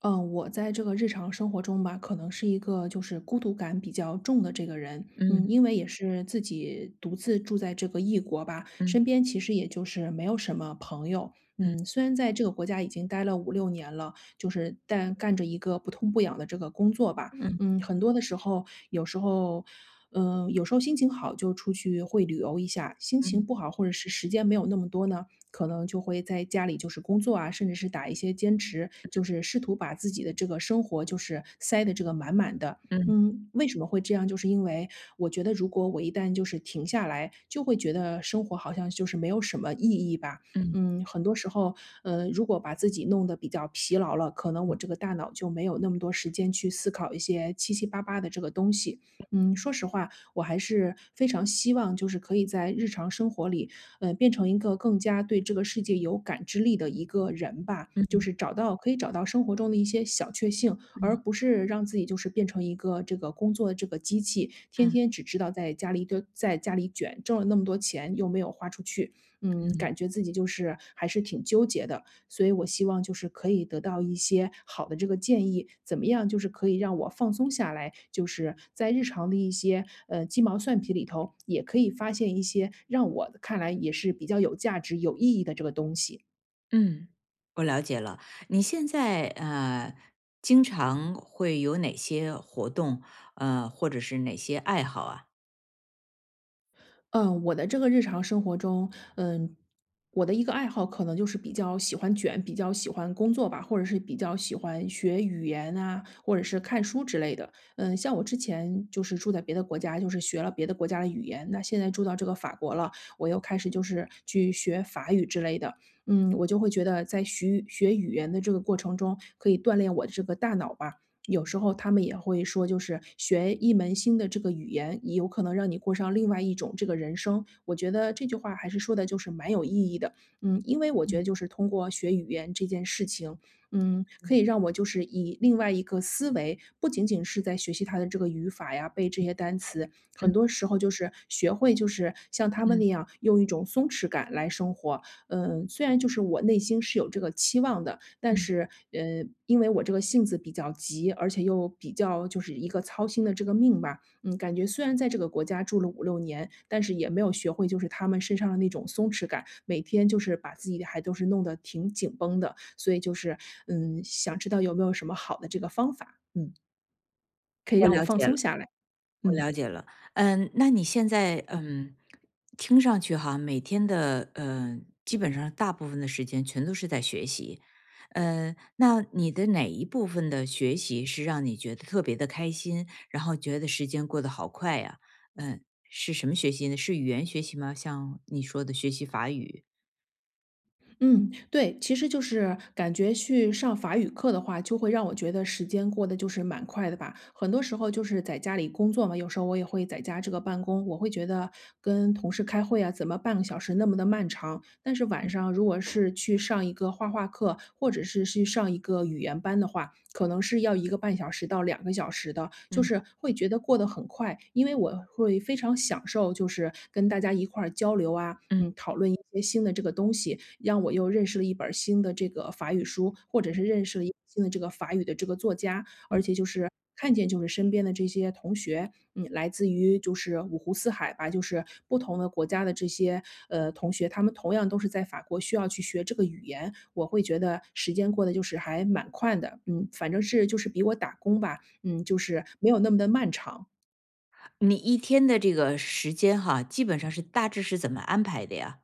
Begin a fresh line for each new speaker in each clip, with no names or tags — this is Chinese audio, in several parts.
我在这个日常生活中吧，可能是一个就是孤独感比较重的这个人。嗯，
嗯
因为也是自己独自住在这个异国吧，身
嗯
边其实也就是没有什么朋友。
嗯
虽然在这个国家已经待了五六年了，就是但干着一个不痛不痒的这个工作吧。
嗯
嗯，很多的时候，有时候。有时候心情好就出去会旅游一下，心
嗯
情不
嗯
好或者是时间没有那么多呢，可能就会在家里就是工作啊，甚至是打一些兼职，就是试图把自己的这个生活就是塞得这个满满的。
嗯
为什么会这样？就是因为我觉得，如果我一旦就是停下来，就会觉得生活好像就是没有什么意义吧。
嗯
嗯，很多时候，呃，如果把自己弄得比较疲劳了，可能我这个
嗯
大脑就没有那么多时间去思考一些七七八八的这个东西。说实话，我还是非常希望就是可以在日常生活里变成一个更加对这个世界有感知力的一个人吧。就是
嗯
找到可以找到生活中的一些小确幸，而
嗯
不是让自己就是变成一个这个工作的这个机器，天天只知道在家里堆在家里卷，挣了那么多钱又没有花出去，
嗯
感觉自己就是还是挺纠结的。所以我
嗯，
希望就是可以得到一些好的这个建议，怎么样就是可以让我放松下来，就是在日常的一些鸡毛蒜皮里头，也可以发现一些让我看来也是比较有价值、有意义的这个东西。
嗯，我了解了。你现在经常会有哪些活动，或者是哪些爱好啊？
我的这个日常生活中，嗯，我的一个爱好可能就是比较喜欢卷，比较喜欢工作吧，或者是比较喜欢学语言啊，或者是看书之类的。像我之前就是住在别的国家，就是学了别的国家的语言，那现在住到这个法国了，我又开始就是去学法语之类的。我就会觉得在学语言的这个过程中，可以锻炼我的这个大脑吧。有时候他们也会说，就是学一门新的这个语言，也有可能让你过上另外一种这个人生。我觉得这句话还是说的就是蛮有意义的，因为我觉得就是通过学语言这件事情，可以让我就是以另外一个思维，不仅仅是在学习它的这个语法呀，背这些单词，很
嗯
多时候就是学会就是像他们
嗯
那样用一种松弛感来生活。虽然就是我内心是有这个期望的，但
嗯，
是，因为我这个性子比较急，而且又比较就是一个操心的这个命吧，感觉虽然在这个国家住了五六年，但是也没有学会就是他们身上的那种松弛感，每天就是把自己还都是弄得挺紧绷的。所以就是，想知道有没有什么好的这个方法，可以
我
让我
了
放
解
松
了。
下来，
我
嗯。
了解了，嗯，那你现在嗯，听上去哈，每天的基本上大部分的时间全都是在学习，那你的哪一部分的学习是让你觉得特别的开心，然后觉得时间过得好快呀？嗯，是什么学习呢？是语言学习吗？像你说的学习法语，
嗯，对，其实就是感觉去上法语课的话，就会让我觉得时间过得就是蛮快的吧。很多时候就是在家里工作嘛，有时候我也会在家这个办公，我会觉得跟同事开会啊，怎么半个小时那么的漫长。但是晚上如果是去上一个画画课，或者是去上一个语言班的话，可能是要1个半小时到2个小时的，就
嗯
是会觉得过得很快。因为我会非常享受，就是跟大家一块儿交流啊，
嗯，
讨论一些新的这个东西，让我又认识了一本儿新的这个法语书，或者是认识了一新的这个法语的这个作家。而且就是看见就是身边的这些同学，来自于就是五湖四海吧，就是不同的国家的这些同学，他们同样都是在法国需要去学这个语言，我会觉得时间过得就是还蛮快的，反正是就是比我打工吧，就是没有那么的漫长。
你一天的这个时间哈，基本上是大致是怎么安排的呀？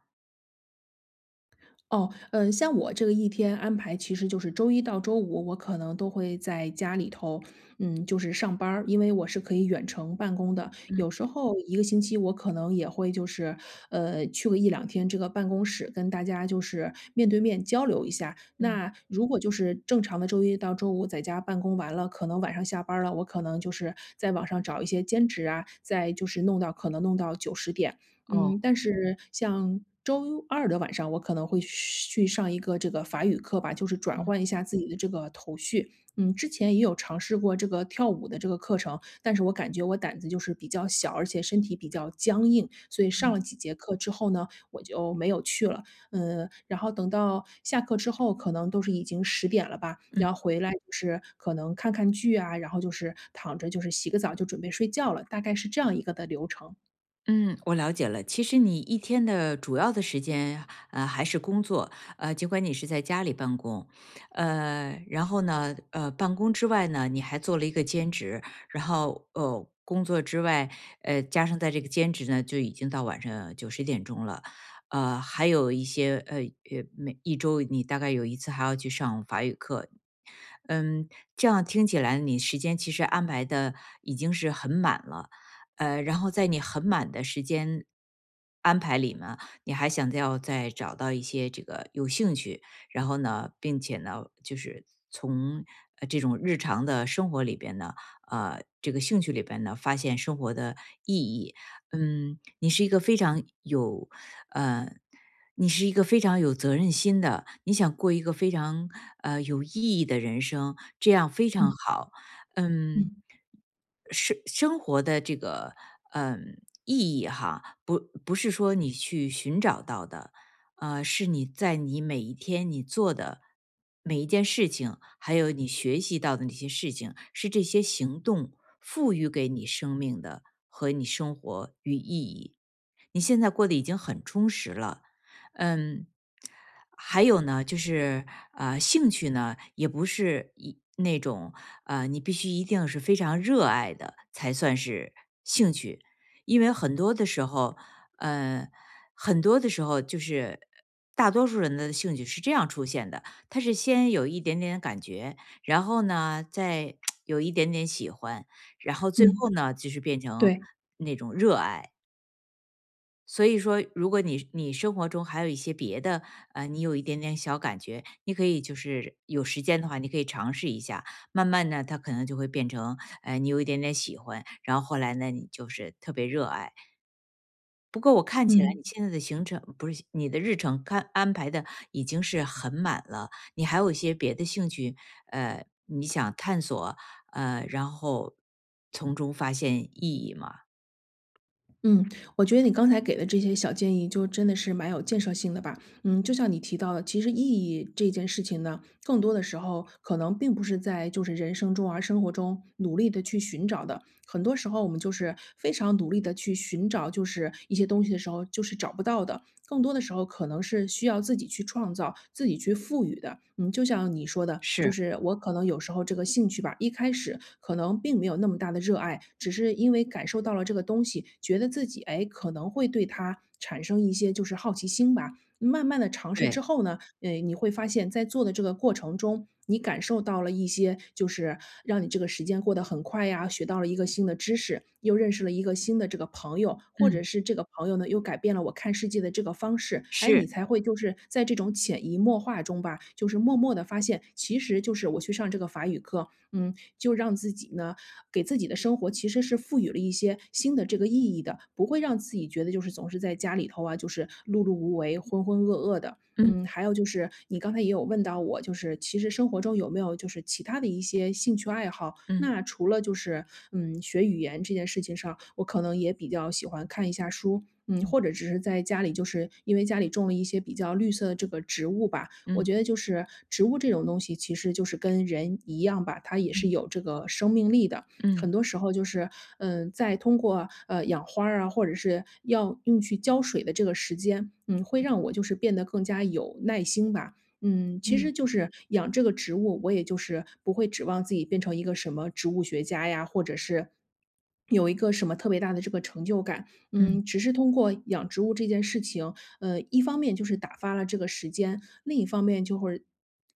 哦，像我这个一天安排其实就是周一到周五，我可能都会在家里头，就是上班儿因为我是可以远程办公的。
嗯
有时候一个星期我可能也会就是，去个一两天这个办公室，跟大家就是面对面交流一下。
嗯，
那如果就是正常的周一到周五在家办公完了，可能晚上下班儿了，我可能就是在网上找一些兼职啊，再就是弄到可能弄到9、10点。
哦，
但是像周二的晚上，我可能会去上一个这个法语课吧，就是转
嗯
换一下自己的这个头绪。之前也有尝试过这个跳舞的这个课程，但是我感觉我胆子就是比较小，而且身体比较僵硬，所以上了几节课之后呢，我就没有去了。然后等到下课之后，可能都是已经十点了吧，
嗯。
然后回来就是可能看看剧啊，然后就是躺着就是洗个澡就准备睡觉了，大概是这样一个的流程。
嗯，我了解了。其实你一天的主要的时间，还是工作，尽管你是在家里办公，然后呢，办公之外呢，你还做了一个兼职，然后工作之外，加上在这个兼职呢，就已经到晚上九十点钟了，还有一些每一周你大概有一次还要去上法语课，嗯，这样听起来你时间其实安排的已经是很满了。然后在你很满的时间安排里呢，你还想要再找到一些这个有兴趣，然后呢，并且呢，就是从这种日常的生活里边呢，这个兴趣里边呢，发现生活的意义。嗯，你是一个非常有，呃，你是一个非常有责任心的，你想过一个非常有意义的人生，这样非常
嗯
好。嗯，
嗯
生活的这个意义哈，不是说你去寻找到的，是你在你每一天你做的每一件事情，还有你学习到的那些事情，是这些行动赋予给你生命的和你生活与意义。你现在过得已经很充实了，嗯，还有呢，就是，兴趣呢，也不是一那种，你必须一定是非常热爱的才算是兴趣。因为很多的时候，呃，很多的时候就是大多数人的兴趣是这样出现的，他是先有一点点感觉，然后呢，再有一点点喜欢，然后最
嗯。
后呢，就是变成
对，
那种热爱。所以说，如果你生活中还有一些别的，你有一点点小感觉，你可以就是有时间的话，你可以尝试一下，慢慢呢，它可能就会变成，你有一点点喜欢，然后后来呢，你就是特别热爱。不过我看起来
嗯
你现在的行程不是你的日程看安排的已经是很满了，你还有一些别的兴趣，你想探索，然后从中发现意义吗？
嗯，我觉得你刚才给的这些小建议就真的是蛮有建设性的吧。就像你提到的，其实意义这件事情呢，更多的时候可能并不是在就是人生中而生活中努力的去寻找的。很多时候我们就是非常努力的去寻找，就是一些东西的时候，就是找不到的。更多的时候可能是需要自己去创造、自己去赋予的。嗯，就像你说的，就
是，
是我可能有时候这个兴趣吧，一开始可能并没有那么大的热爱，只是因为感受到了这个东西，觉得自己哎可能会对它产生一些就是好奇心吧。慢慢的尝试之
对，
后呢，你会发现在做的这个过程中，你感受到了一些就是让你这个时间过得很快呀，学到了一个新的知识，又认识了一个新的这个朋友，或者
嗯，
是这个朋友呢，又改变了我看世界的这个方式。哎，你
是，
才会就是在这种潜移默化中吧，就是默默的发现，其实就是我去上这个法语课，就让自己呢，给自己的生活其实是赋予了一些新的这个意义的，不会让自己觉得就是总是在家里头啊，就是碌碌无为、浑浑噩噩的。
嗯
还有就是你刚才也有问到我，就是其实生活中有没有就是其他的一些兴趣爱好？
嗯
那
嗯。
除了就是学语言这件事情上，我可能也比较喜欢看一下书，或者只是在家里，就是因为家里种了一些比较绿色的这个植物吧。我
嗯
觉得就是植物这种东西，其实就是跟人一样吧，它也是有
嗯
这个生命力的。
嗯
很多时候就是，在通过，养花儿啊，或者是要用去浇水的这个时间，会让我就是变得更加有耐心吧。其
嗯
实就是养这个植物，我也就是不会指望自己变成一个什么植物学家呀，或者是有一个什么特别大的这个成就感。
嗯
只是通过养植物这件事情，一方面就是打发了这个时间，另一方面就会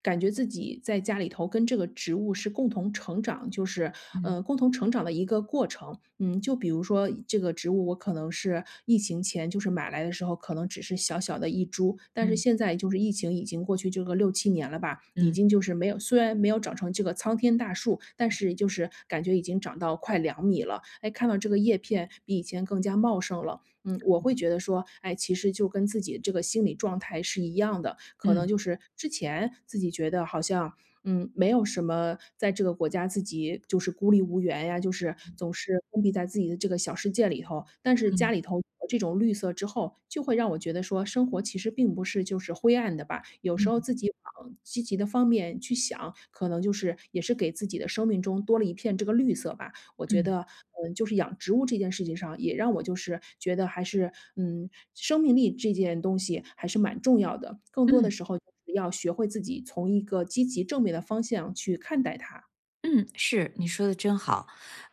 感觉自己在家里头跟这个植物是共同成长，就是，
嗯
共同成长的一个过程。嗯，就比如说这个植物，我可能是疫情前就是买来的时候可能只是小小的一株，但是
嗯
现在就是疫情已经过去这个六七年了吧，已
嗯
经就是没有虽然没有长成这个苍天大树，但是就是感觉已经长到快2米了。哎，看到这个叶片比以前更加茂盛了，我会觉得说，哎，其实就跟自己这个心理状态是一样的，可能
嗯
就是之前自己觉得好像没有什么在这个国家自己就是孤立无援呀，就是总是封闭在自己的这个小世界里头。但是
嗯
家
嗯
里头有了这种绿色之后，就会让我觉得说，生活其实并不是就是灰暗的吧。有时候
嗯
自己往积极的方面去想，可能就是也是给自己的生命中多了一片这个绿色吧。我觉
嗯
得，就是养植物这件事情上，也让我就是觉得还是，嗯，生命力这件东西还是蛮重要的。更多的
嗯。
时候就是要学会自己从一个积极正面的方向去看待它。
嗯，是，你说的真好。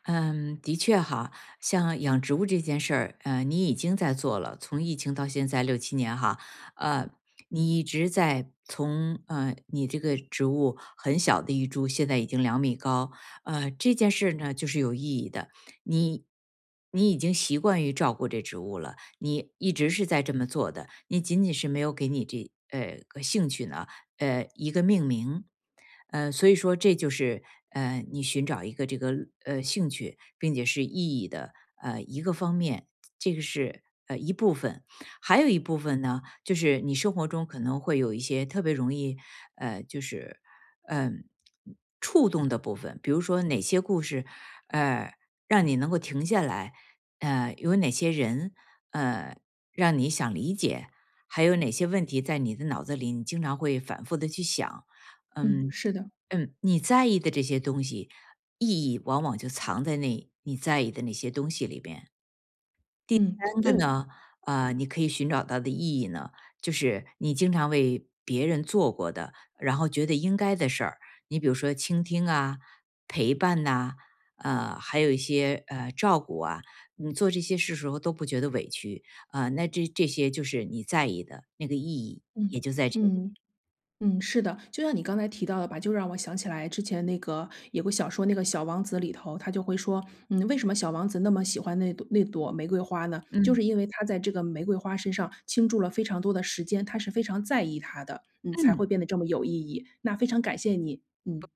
嗯，的确哈，像养植物这件事儿，你已经在做了，从疫情到现在六七年哈，呃，你一直在从你这个植物很小的一株，现在已经两米高，这件事呢就是有意义的。你你已经习惯于照顾这植物了，你一直是在这么做的，你仅仅是没有给你这个兴趣呢。一个命名。所以说这就是你寻找一个这个兴趣，并且是意义的一个方面，这个是一部分。还有一部分呢，就是你生活中可能会有一些特别容易就是嗯、触动的部分，比如说哪些故事呃让你能够停下来，有哪些人呃让你想理解，还有哪些问题在你的脑子里，你经常会反复的去想？
嗯，
嗯
是的，
嗯，你在意的这些东西，意义往往就藏在那你在意的那些东西里边。
嗯，
三
对，
个呢，啊，你可以寻找到的意义呢，就是你经常为别人做过的，然后觉得应该的事儿，你比如说倾听啊、陪伴呐、还有一些照顾啊，你做这些事时候都不觉得委屈啊、那这些就是你在意的那个意义，也
嗯，
就在这里。
嗯。嗯，是的，就像你刚才提到的吧，就让我想起来之前那个有个小说，那个《小王子》里头，他就会说，为什么小王子那么喜欢那朵玫瑰花呢？就
嗯
是因为他在这个玫瑰花身上倾注了非常多的时间，他是非常在意它的，才
嗯。
会变得这么有意义。那非常感谢你，嗯。